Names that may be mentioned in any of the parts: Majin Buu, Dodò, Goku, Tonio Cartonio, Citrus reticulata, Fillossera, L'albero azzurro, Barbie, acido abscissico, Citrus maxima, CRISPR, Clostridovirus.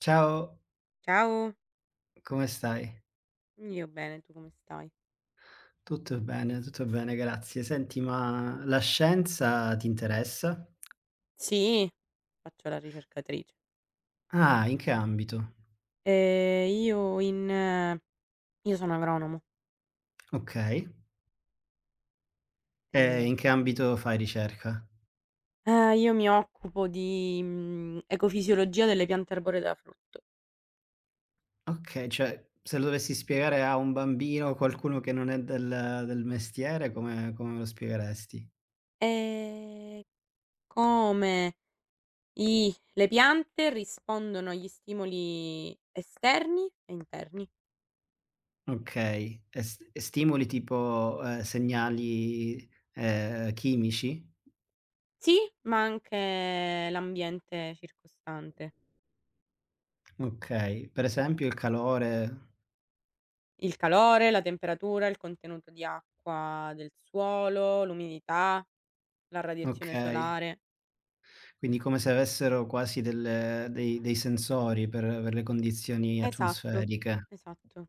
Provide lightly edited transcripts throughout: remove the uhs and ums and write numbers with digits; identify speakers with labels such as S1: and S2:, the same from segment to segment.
S1: Ciao,
S2: Ciao,
S1: come stai?
S2: io bene, tu come stai?
S1: Tutto bene, grazie. Senti, ma la scienza ti interessa?
S2: Sì, faccio la ricercatrice.
S1: Ah, in che ambito?
S2: Ehm, io in eh, io sono agronomo,
S1: Okay. E in che
S2: quindi
S1: ambito fai ricerca?
S2: io mi occupo di, ecofisiologia delle piante arboree da frutto.
S1: Okay, cioè se lo dovessi spiegare a un bambino, o qualcuno che non è del mestiere, come lo spiegheresti?
S2: Ehm, come i le piante rispondono agli stimoli esterni e interni.
S1: Okay, e s e stimoli tipo, segnali, chimici?
S2: Sì, ma anche l'ambiente circostante.
S1: Okay, per esempio il calore?
S2: Il calore, la temperatura, il contenuto di acqua del suolo, l'umidità, la radiazione
S1: Okay.
S2: solare.
S1: Quindi come se avessero quasi delle dei sensori per le condizioni
S2: Esatto,
S1: atmosferiche.
S2: esatto.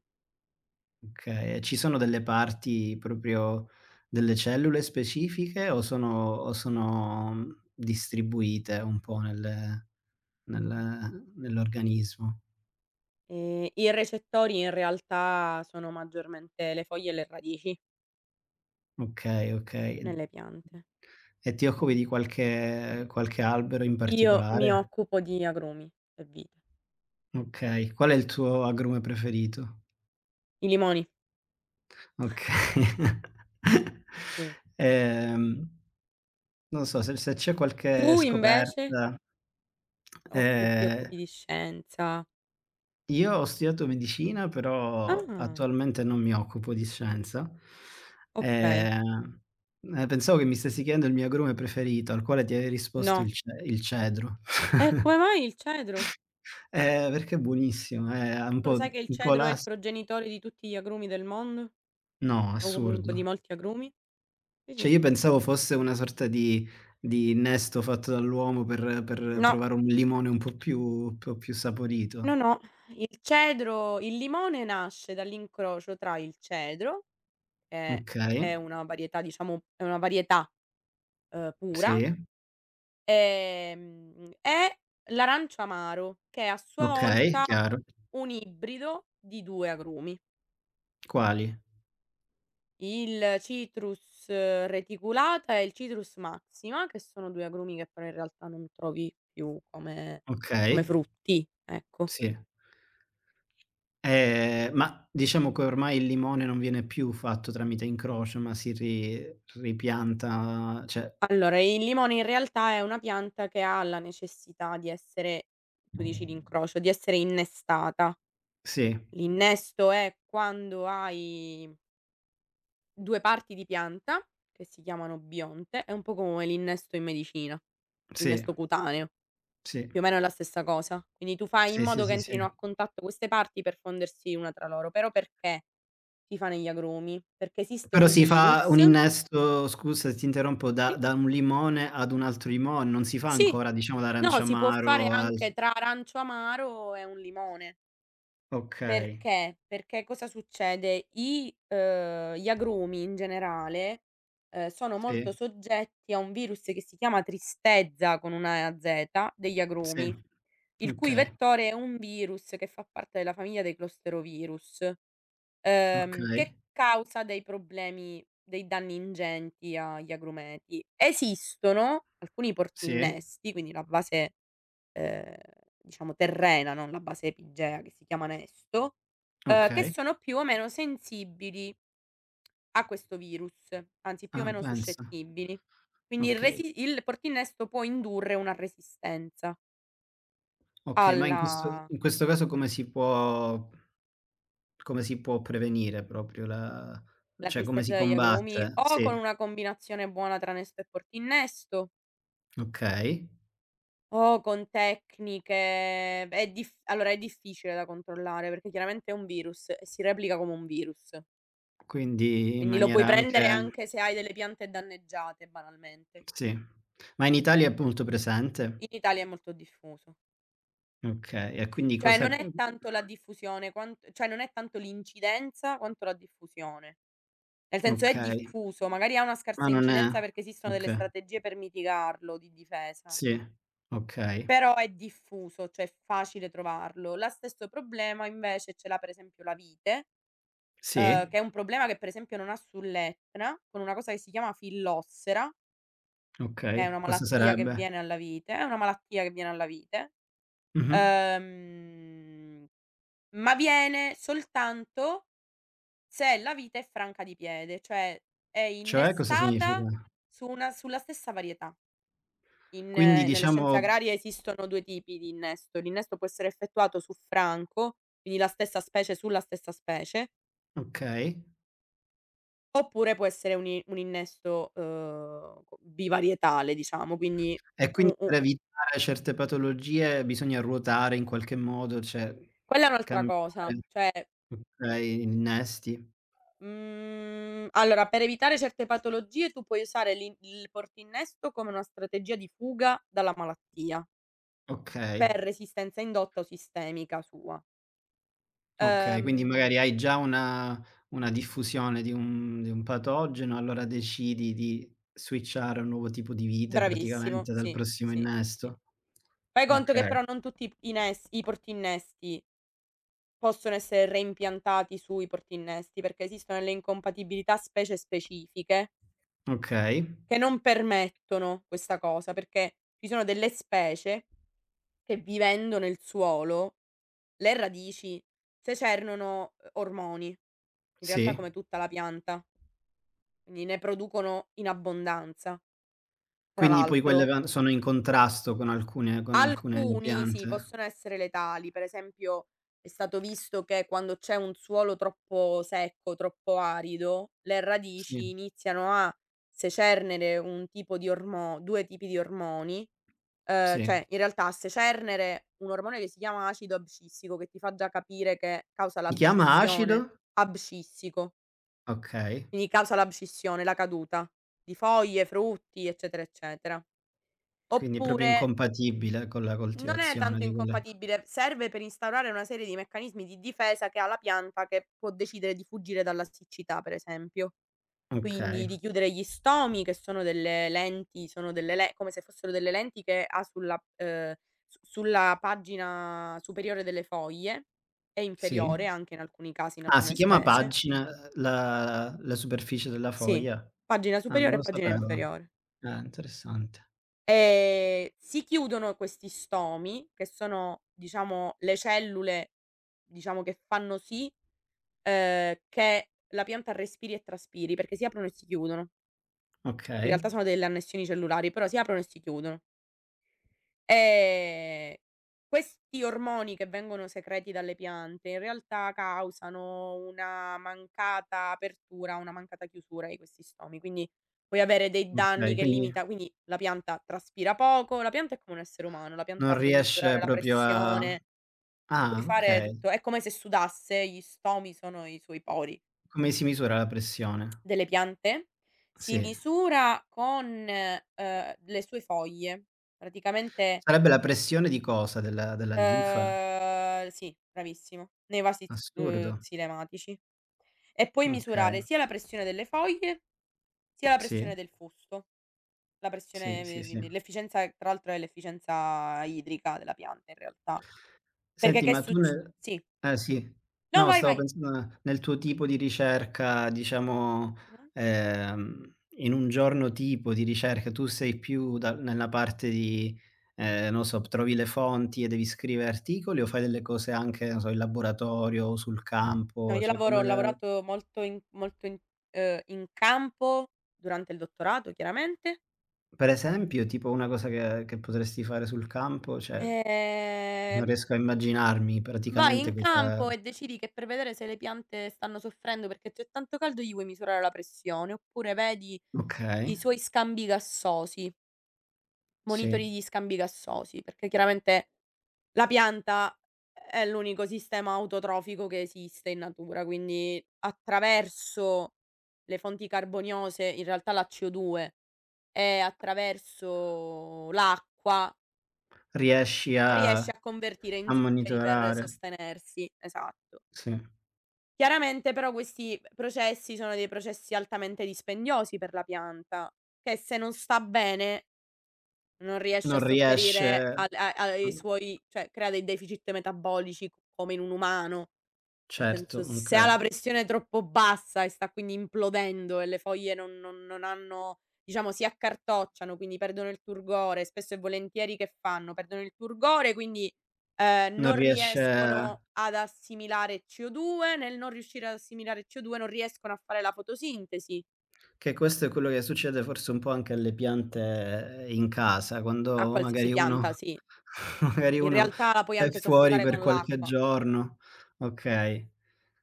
S1: Okay, e ci sono delle parti proprio delle cellule specifiche o sono o sono distribuite un po' nell'organismo?
S2: I recettori in realtà sono maggiormente le foglie e le radici
S1: Okay, okay. E
S2: nelle piante.
S1: e ti occupi di qualche albero in
S2: Io mi
S1: particolare?
S2: occupo di agrumi e vite.
S1: Okay. Qual è il tuo agrume preferito?
S2: I limoni,
S1: Okay.
S2: sì.
S1: Ehm Non so se c'è qualche
S2: Tu invece
S1: scoperta.
S2: occu ti
S1: Ehm,
S2: occupi di scienza.
S1: io ho studiato medicina, però
S2: Ah,
S1: attualmente non mi occupo di scienza.
S2: okay.
S1: Ehm, pensavo che mi stessi chiedendo il mio agrume preferito, al quale ti avevi risposto
S2: No.
S1: il cedro.
S2: E come mai il cedro?
S1: Perché è buonissimo, è
S2: Tu lo sai che il
S1: un po'
S2: cedro è il
S1: l'as
S2: progenitore di tutti gli agrumi del mondo?
S1: No,
S2: O comunque di
S1: assurdo.
S2: molti agrumi? Sì,
S1: Cioè
S2: sì.
S1: io pensavo fosse una sorta di innesto fatto dall'uomo per
S2: No,
S1: trovare un limone un po' più saporito.
S2: no, no, il limone nasce dall'incrocio tra il cedro, che è
S1: Okay.
S2: una varietà diciamo è una varietà, pura,
S1: Sì,
S2: e l'arancio amaro, che è a sua
S1: okay,
S2: volta
S1: chiaro.
S2: un ibrido di 2 agrumi,
S1: Quali?
S2: il Citrus reticulata e il Citrus maxima, che sono 2 agrumi che però in realtà non trovi più come
S1: Okay,
S2: frutti, ecco.
S1: sì. Ma diciamo che ormai il limone non viene più fatto tramite incrocio, ma si ri ripianta, cioè,
S2: Allora, il limone in realtà è una pianta che ha la necessità di essere, tu dici l'incrocio, di essere innestata.
S1: sì,
S2: L'innesto è quando hai 2 parti di pianta, che si chiamano bionte, è un po' come l'innesto in medicina,
S1: sì,
S2: l'innesto cutaneo,
S1: sì,
S2: più o meno è la stessa cosa. Quindi tu fai in
S1: sì, sì,
S2: modo che
S1: sì, sì.
S2: entrino a contatto queste parti per fondersi una tra loro. Però perché si fa negli agrumi? Perché esiste
S1: Però
S2: un
S1: si fa un
S2: virus.
S1: innesto, scusa se ti interrompo, da
S2: Sì,
S1: da un limone ad un altro limone, non si fa
S2: sì!
S1: ancora diciamo
S2: No, si può fare
S1: l'aranciamaro al
S2: anche tra arancio amaro e un limone.
S1: Okay,
S2: Perché? Perché cosa succede? I gli agrumi in generale, sono molto
S1: sì,
S2: soggetti a un virus che si chiama tristezza con una Z degli
S1: sì,
S2: agrumi, il cui
S1: okay,
S2: vettore è un virus che fa parte della famiglia dei Clostridovirus,
S1: okay,
S2: che causa dei problemi dei danni ingenti agli agrumeti. Esistono alcuni
S1: sì,
S2: portinnesti, quindi la base, ehm, diciamo, terrena, non la base epigea che si chiama Nesto, che
S1: okay.
S2: sono più o meno sensibili a questo virus, anzi più o
S1: Ah,
S2: meno
S1: pensa.
S2: suscettibili. Quindi
S1: Okay,
S2: il portinnesto può indurre una resistenza
S1: okay, ma in questo
S2: alla
S1: in questo caso come si può prevenire proprio, la
S2: la
S1: cioè come si
S2: tristezza degli agrumi,
S1: combatte?
S2: o
S1: Sì,
S2: con una combinazione buona tra Nesto e portinnesto,
S1: okay.
S2: o con tecniche. È dif allora è difficile da controllare perché chiaramente è un virus e si replica come un virus.
S1: Quindi in
S2: Quindi lo puoi
S1: maniera
S2: prendere
S1: anche.
S2: anche se hai delle piante danneggiate banalmente.
S1: Sì. Ma in Italia è molto presente?
S2: In Italia è molto diffuso.
S1: Okay, e quindi
S2: Cioè
S1: cosa
S2: non
S1: c
S2: è tanto la diffusione, quant cioè non è tanto l'incidenza quanto la diffusione. Nel senso, è
S1: okay,
S2: diffuso, magari ha una
S1: ma
S2: scarsa
S1: non è.
S2: incidenza perché esistono delle
S1: Okay,
S2: strategie per mitigarlo, di difesa,
S1: sì, okay,
S2: però è diffuso, cioè è facile trovarlo. La stesso problema invece ce l'ha per esempio la vite,
S1: sì,
S2: che è un problema che per esempio non ha sull'Etna, con una cosa che si chiama Fillossera. Che è
S1: okay.
S2: una
S1: Cosa
S2: malattia che
S1: sarebbe?
S2: viene alla vite, è una malattia che viene alla vite,
S1: Mh-mh.
S2: ehm, ma viene soltanto se la vite è franca di piede, cioè è
S1: Cioè, cosa
S2: innestata
S1: significa?
S2: su una sulla stessa varietà. In
S1: Quindi
S2: nelle scienze
S1: diciamo.
S2: agrarie esistono 2 tipi di innesto. L'innesto può essere effettuato su franco, quindi la stessa specie sulla stessa specie,
S1: Okay.
S2: oppure può essere un innesto, co bivarietale diciamo, quindi
S1: E quindi
S2: u u
S1: per evitare certe patologie bisogna ruotare in qualche modo, cioè
S2: quella è un'altra
S1: cambiare.
S2: cosa, cioè.
S1: Okay, innesti.
S2: Mhmm, allora per evitare certe patologie tu puoi usare l'in il portinnesto come una strategia di fuga dalla malattia,
S1: Okay,
S2: per resistenza indotta o sistemica sua.
S1: okay, quindi
S2: Ehm,
S1: magari hai già una diffusione di un patogeno, allora decidi di switchare a un nuovo tipo di vite
S2: bravissimo,
S1: praticamente dal
S2: sì,
S1: prossimo
S2: sì, sì.
S1: innesto.
S2: Fai conto che
S1: Okay,
S2: però non tutti i portinnesti possono essere reimpiantati sui portinnesti, perché esistono delle incompatibilità specie specifiche
S1: okay,
S2: che non permettono questa cosa, perché ci sono delle specie che vivendo nel suolo. Le radici secernono, ormoni, in realtà
S1: sì.
S2: come tutta la pianta, quindi ne producono in abbondanza. Tra
S1: Quindi poi quelle
S2: l'altro
S1: van sono in contrasto con alcune
S2: alcuni sì,
S1: piante.
S2: possono essere letali, per esempio è stato visto che quando c'è un suolo troppo secco, troppo arido, le radici
S1: Sì,
S2: iniziano a secernere un tipo di ormo 2 tipi di ormoni. Ehm,
S1: sì.
S2: cioè in realtà a secernere un ormone che si chiama acido abscissico, che ti fa già capire che causa
S1: Si chiama acido?
S2: l'abscissione. Abscissico,
S1: Okay,
S2: quindi causa l'abscissione, la caduta di foglie, frutti, eccetera, eccetera.
S1: quindi proprio
S2: Oppure
S1: incompatibile con la
S2: non è
S1: coltivazione
S2: tanto
S1: di quelle.
S2: incompatibile, serve per instaurare una serie di meccanismi di difesa che ha la pianta, che può decidere di fuggire dalla siccità, per esempio.
S1: Okay,
S2: Quindi di chiudere gli stomi, che sono delle lenti, sono delle le come se fossero delle lenti che ha sulla pagina superiore delle foglie e inferiore
S1: sì.
S2: anche in alcuni casi, in
S1: Ah, si
S2: alcune
S1: chiama
S2: specie.
S1: pagina, la superficie della
S2: Sì,
S1: foglia?
S2: pagina
S1: Ah, non
S2: superiore e
S1: lo
S2: pagina
S1: sapevo.
S2: inferiore.
S1: Interessante.
S2: Si chiudono questi stomi, che sono diciamo le cellule, diciamo che fanno sì, che la pianta respiri e traspiri, perché si aprono e si chiudono. In
S1: Okay,
S2: realtà sono delle annessioni cellulari, però si aprono e si chiudono. Ehm, questi ormoni che vengono secreti dalle piante in realtà causano una mancata apertura, una mancata chiusura di questi stomi, quindi puoi avere dei danni
S1: okay,
S2: che
S1: quindi
S2: limita, quindi la pianta traspira poco, la pianta è come un essere umano, la
S1: non
S2: pianta puoi
S1: riesce
S2: misurare la
S1: proprio a
S2: pressione, puoi
S1: ah,
S2: fare
S1: okay.
S2: tutto, è come se sudasse, gli stomi sono i suoi pori.
S1: Come si misura la pressione?
S2: Delle piante si
S1: Sì.
S2: misura con, le sue foglie. Praticamente.
S1: Sarebbe la pressione di cosa? Della linfa?
S2: Sì, bravissimo. Nei vasi s
S1: Assurdo.
S2: xilematici. E poi misurare
S1: Okay.
S2: sia la pressione delle foglie, sia la
S1: Sì,
S2: pressione del fusto. La
S1: sì,
S2: pressione
S1: sì,
S2: ve
S1: sì.
S2: di l'efficienza tra l'altro è l'efficienza idrica della pianta in realtà. Perché
S1: Senti,
S2: che
S1: ma tu
S2: succ
S1: nel.
S2: sì.
S1: Eh, sì.
S2: No,
S1: No,
S2: vai,
S1: stavo
S2: vai.
S1: pensando nel tuo tipo di ricerca, diciamo,
S2: Mh-mh.
S1: in un giorno tipo di ricerca, tu sei più da nella parte di, non so, trovi le fonti e devi scrivere articoli o fai delle cose anche, non so, in laboratorio o sul
S2: No,
S1: campo?
S2: io
S1: Cioè
S2: lavoro ho
S1: come la
S2: lavorato molto in campo durante il dottorato chiaramente.
S1: per esempio, tipo una cosa che potresti fare sul campo, cioè non
S2: ehm
S1: riesco a immaginarmi
S2: Vai
S1: praticamente
S2: in
S1: cosa.
S2: campo e decidi che per vedere se le piante stanno soffrendo perché c'è tanto caldo gli vuoi misurare la pressione, oppure vedi
S1: Okay,
S2: i suoi scambi gassosi,
S1: sì.
S2: monitori gli scambi gassosi, perché chiaramente la pianta è l'unico sistema autotrofico che esiste in natura, quindi attraverso le fonti carboniose, in realtà la CO2, e attraverso l'acqua
S1: Riesci a
S2: riesce a convertire
S1: a
S2: in zuccheri per
S1: monitorare?
S2: sostenersi. Esatto.
S1: Sì.
S2: Chiaramente però questi processi sono dei processi altamente dispendiosi per la pianta, che se non sta bene non riesce
S1: Non
S2: a sopperire
S1: riesce.
S2: al a ai
S1: Mh,
S2: suoi, cioè crea dei deficit metabolici come in un umano. Nel
S1: certo,
S2: senso, se ha la
S1: okay.
S2: pressione troppo bassa e sta quindi implodendo e le foglie non hanno, diciamo, si accartocciano, quindi perdono il turgore, spesso e volentieri che fanno? Perdono il turgore, quindi,
S1: Non
S2: non
S1: riesce.
S2: riescono ad assimilare CO2, nel non riuscire ad assimilare CO2 non riescono a fare la fotosintesi,
S1: Che questo è quello che succede forse un po' anche alle piante in casa,
S2: a
S1: quando
S2: qualsiasi
S1: magari
S2: pianta,
S1: uno,
S2: sì.
S1: magari
S2: In
S1: uno
S2: realtà la puoi
S1: è
S2: anche
S1: fuori
S2: soffocare
S1: per
S2: con
S1: qualche
S2: l'acqua.
S1: giorno. Okay.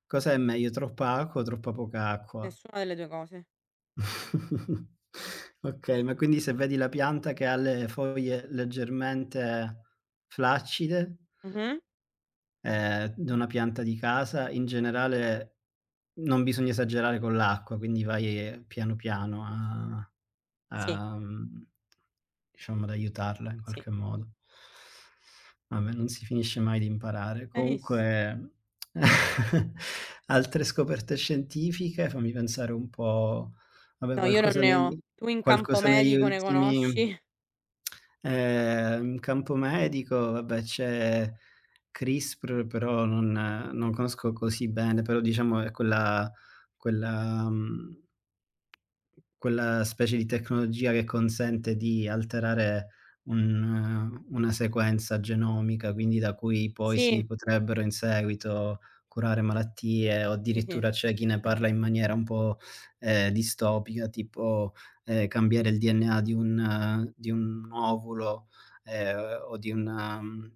S1: Cos'è meglio, troppa acqua o troppa poca acqua?
S2: Nessuna delle 2 cose.
S1: Okay, ma quindi se vedi la pianta che ha le foglie leggermente flaccide,
S2: Mh-mh.
S1: d una pianta di casa, in generale non bisogna esagerare con l'acqua, quindi vai, piano piano a
S2: Sì,
S1: ehm, diciamo ad aiutarla in
S2: sì.
S1: qualche modo. Vabbè, non si finisce mai di imparare.
S2: Hai vis
S1: Comunque, altre scoperte scientifiche, fammi pensare un po', vabbè
S2: no, io non
S1: qualcosa
S2: ne
S1: negli
S2: ho. Tu in campo
S1: qualcosa negli
S2: medico ne
S1: ultimi,
S2: conosci?
S1: in campo medico, vabbè c'è CRISPR, però non conosco così bene, però diciamo è quella, mhmm quella specie di tecnologia che consente di alterare un una sequenza genomica, quindi da cui poi si
S2: Sì,
S1: potrebbero in seguito curare malattie o
S2: sì, sì.
S1: addirittura c'è chi ne parla in maniera un po', distopica, tipo, cambiare il DNA di un ovulo, ehm, o di una mhmm,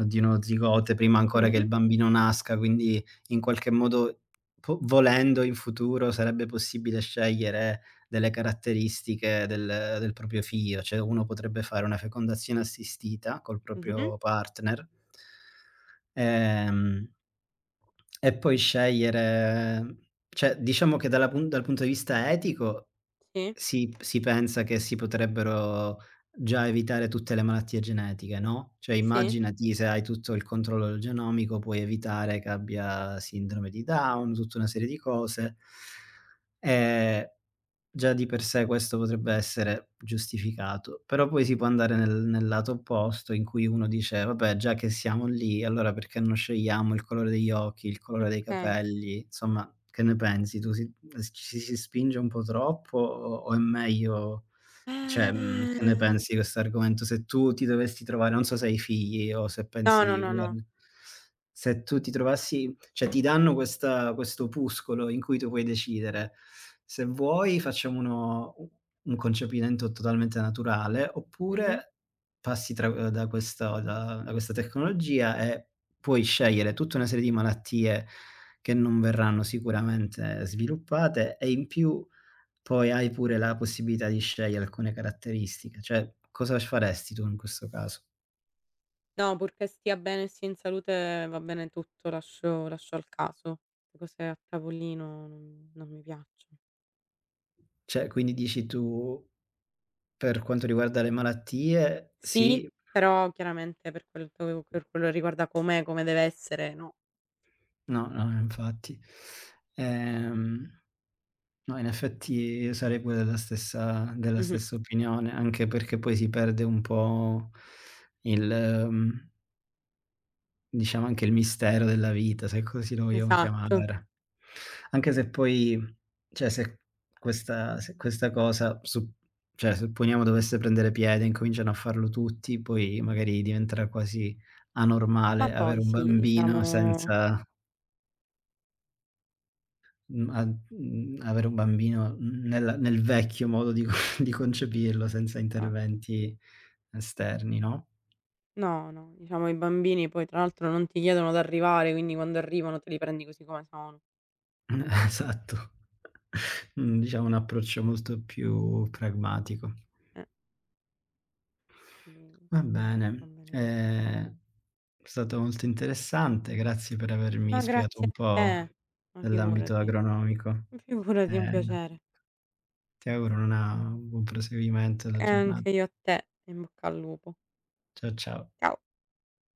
S1: o di uno zigote prima ancora che il
S2: Mh-mh,
S1: bambino nasca, quindi in qualche modo po volendo in futuro sarebbe possibile scegliere delle caratteristiche del proprio figlio, cioè uno potrebbe fare una fecondazione assistita col
S2: mh-mh.
S1: proprio partner, ehm, e poi scegliere, cioè diciamo che dal punto di vista etico
S2: Sì,
S1: si pensa che si potrebbero già evitare tutte le malattie genetiche, no, cioè
S2: sì,
S1: immaginati, se hai tutto il controllo del genomico puoi evitare che abbia sindrome di Down, tutta una serie di cose. Ehm Già di per sé questo potrebbe essere giustificato, però poi si può andare nel lato opposto, in cui uno dice: "Vabbè, già che siamo lì, allora perché non scegliamo il colore degli occhi, il colore dei
S2: okay.
S1: capelli?" Insomma, che ne pensi tu? Si ci si spinge un po' troppo o è meglio, cioè, che ne
S2: Ehm,
S1: pensi di questo argomento? Se tu ti dovessi trovare, non so se hai figli o se pensi
S2: no, no,
S1: di
S2: no, no.
S1: volerne, se tu ti trovassi, cioè ti danno questa questo opuscolo in cui tu puoi decidere: se vuoi facciamo uno u un concepimento totalmente naturale,
S2: Mh-mh.
S1: oppure passi tra da questo da da questa tecnologia e puoi scegliere tutta una serie di malattie che non verranno sicuramente sviluppate, e in più poi hai pure la possibilità di scegliere alcune caratteristiche, cioè cosa c faresti tu in questo caso?
S2: No, purché stia bene e sia in salute va bene tutto, lascio al caso. Le cose a tavolino non mi piacciono.
S1: Cioè quindi dici tu, per quanto riguarda le malattie
S2: Sì,
S1: sì.
S2: però chiaramente per quel to per quello che riguarda com'è, come deve essere, no.
S1: No, no, infatti. Ehm, no, in effetti io sarei pure della stessa della
S2: Mh-mh.
S1: stessa opinione, anche perché poi si perde un po' il mhmm Diciamo anche il mistero della vita, se così lo vogliamo
S2: Esatto.
S1: chiamare. Anche se poi, cioè se questa cosa su cioè, supponiamo dovesse prendere piede, incominciano a farlo tutti, poi magari diventerà quasi
S2: Ma
S1: anormale avere
S2: poi
S1: un
S2: sì,
S1: bambino
S2: diciamo.
S1: senza, avere un bambino nel vecchio modo di co di concepirlo senza
S2: Esa
S1: interventi esterni, no?
S2: No, no, diciamo i bambini poi tra l'altro non ti chiedono d'arrivare, quindi quando arrivano te li prendi così come sono.
S1: Esatto. Mhmm, diciamo un approccio molto più pragmatico.
S2: Eh, quindi
S1: Va
S2: va
S1: bene,
S2: bene così.
S1: è stato molto interessante, grazie per avermi
S2: Ma
S1: spiegato
S2: grazie
S1: un
S2: a
S1: po'
S2: te, ma
S1: dell'ambito
S2: figurati.
S1: agronomico.
S2: Ma figurati, è un
S1: Ehm,
S2: piacere.
S1: ti auguro una un buon proseguimento della
S2: E
S1: giornata.
S2: anche io a te, in bocca al lupo.
S1: Ciao, ciao.
S2: Ciao.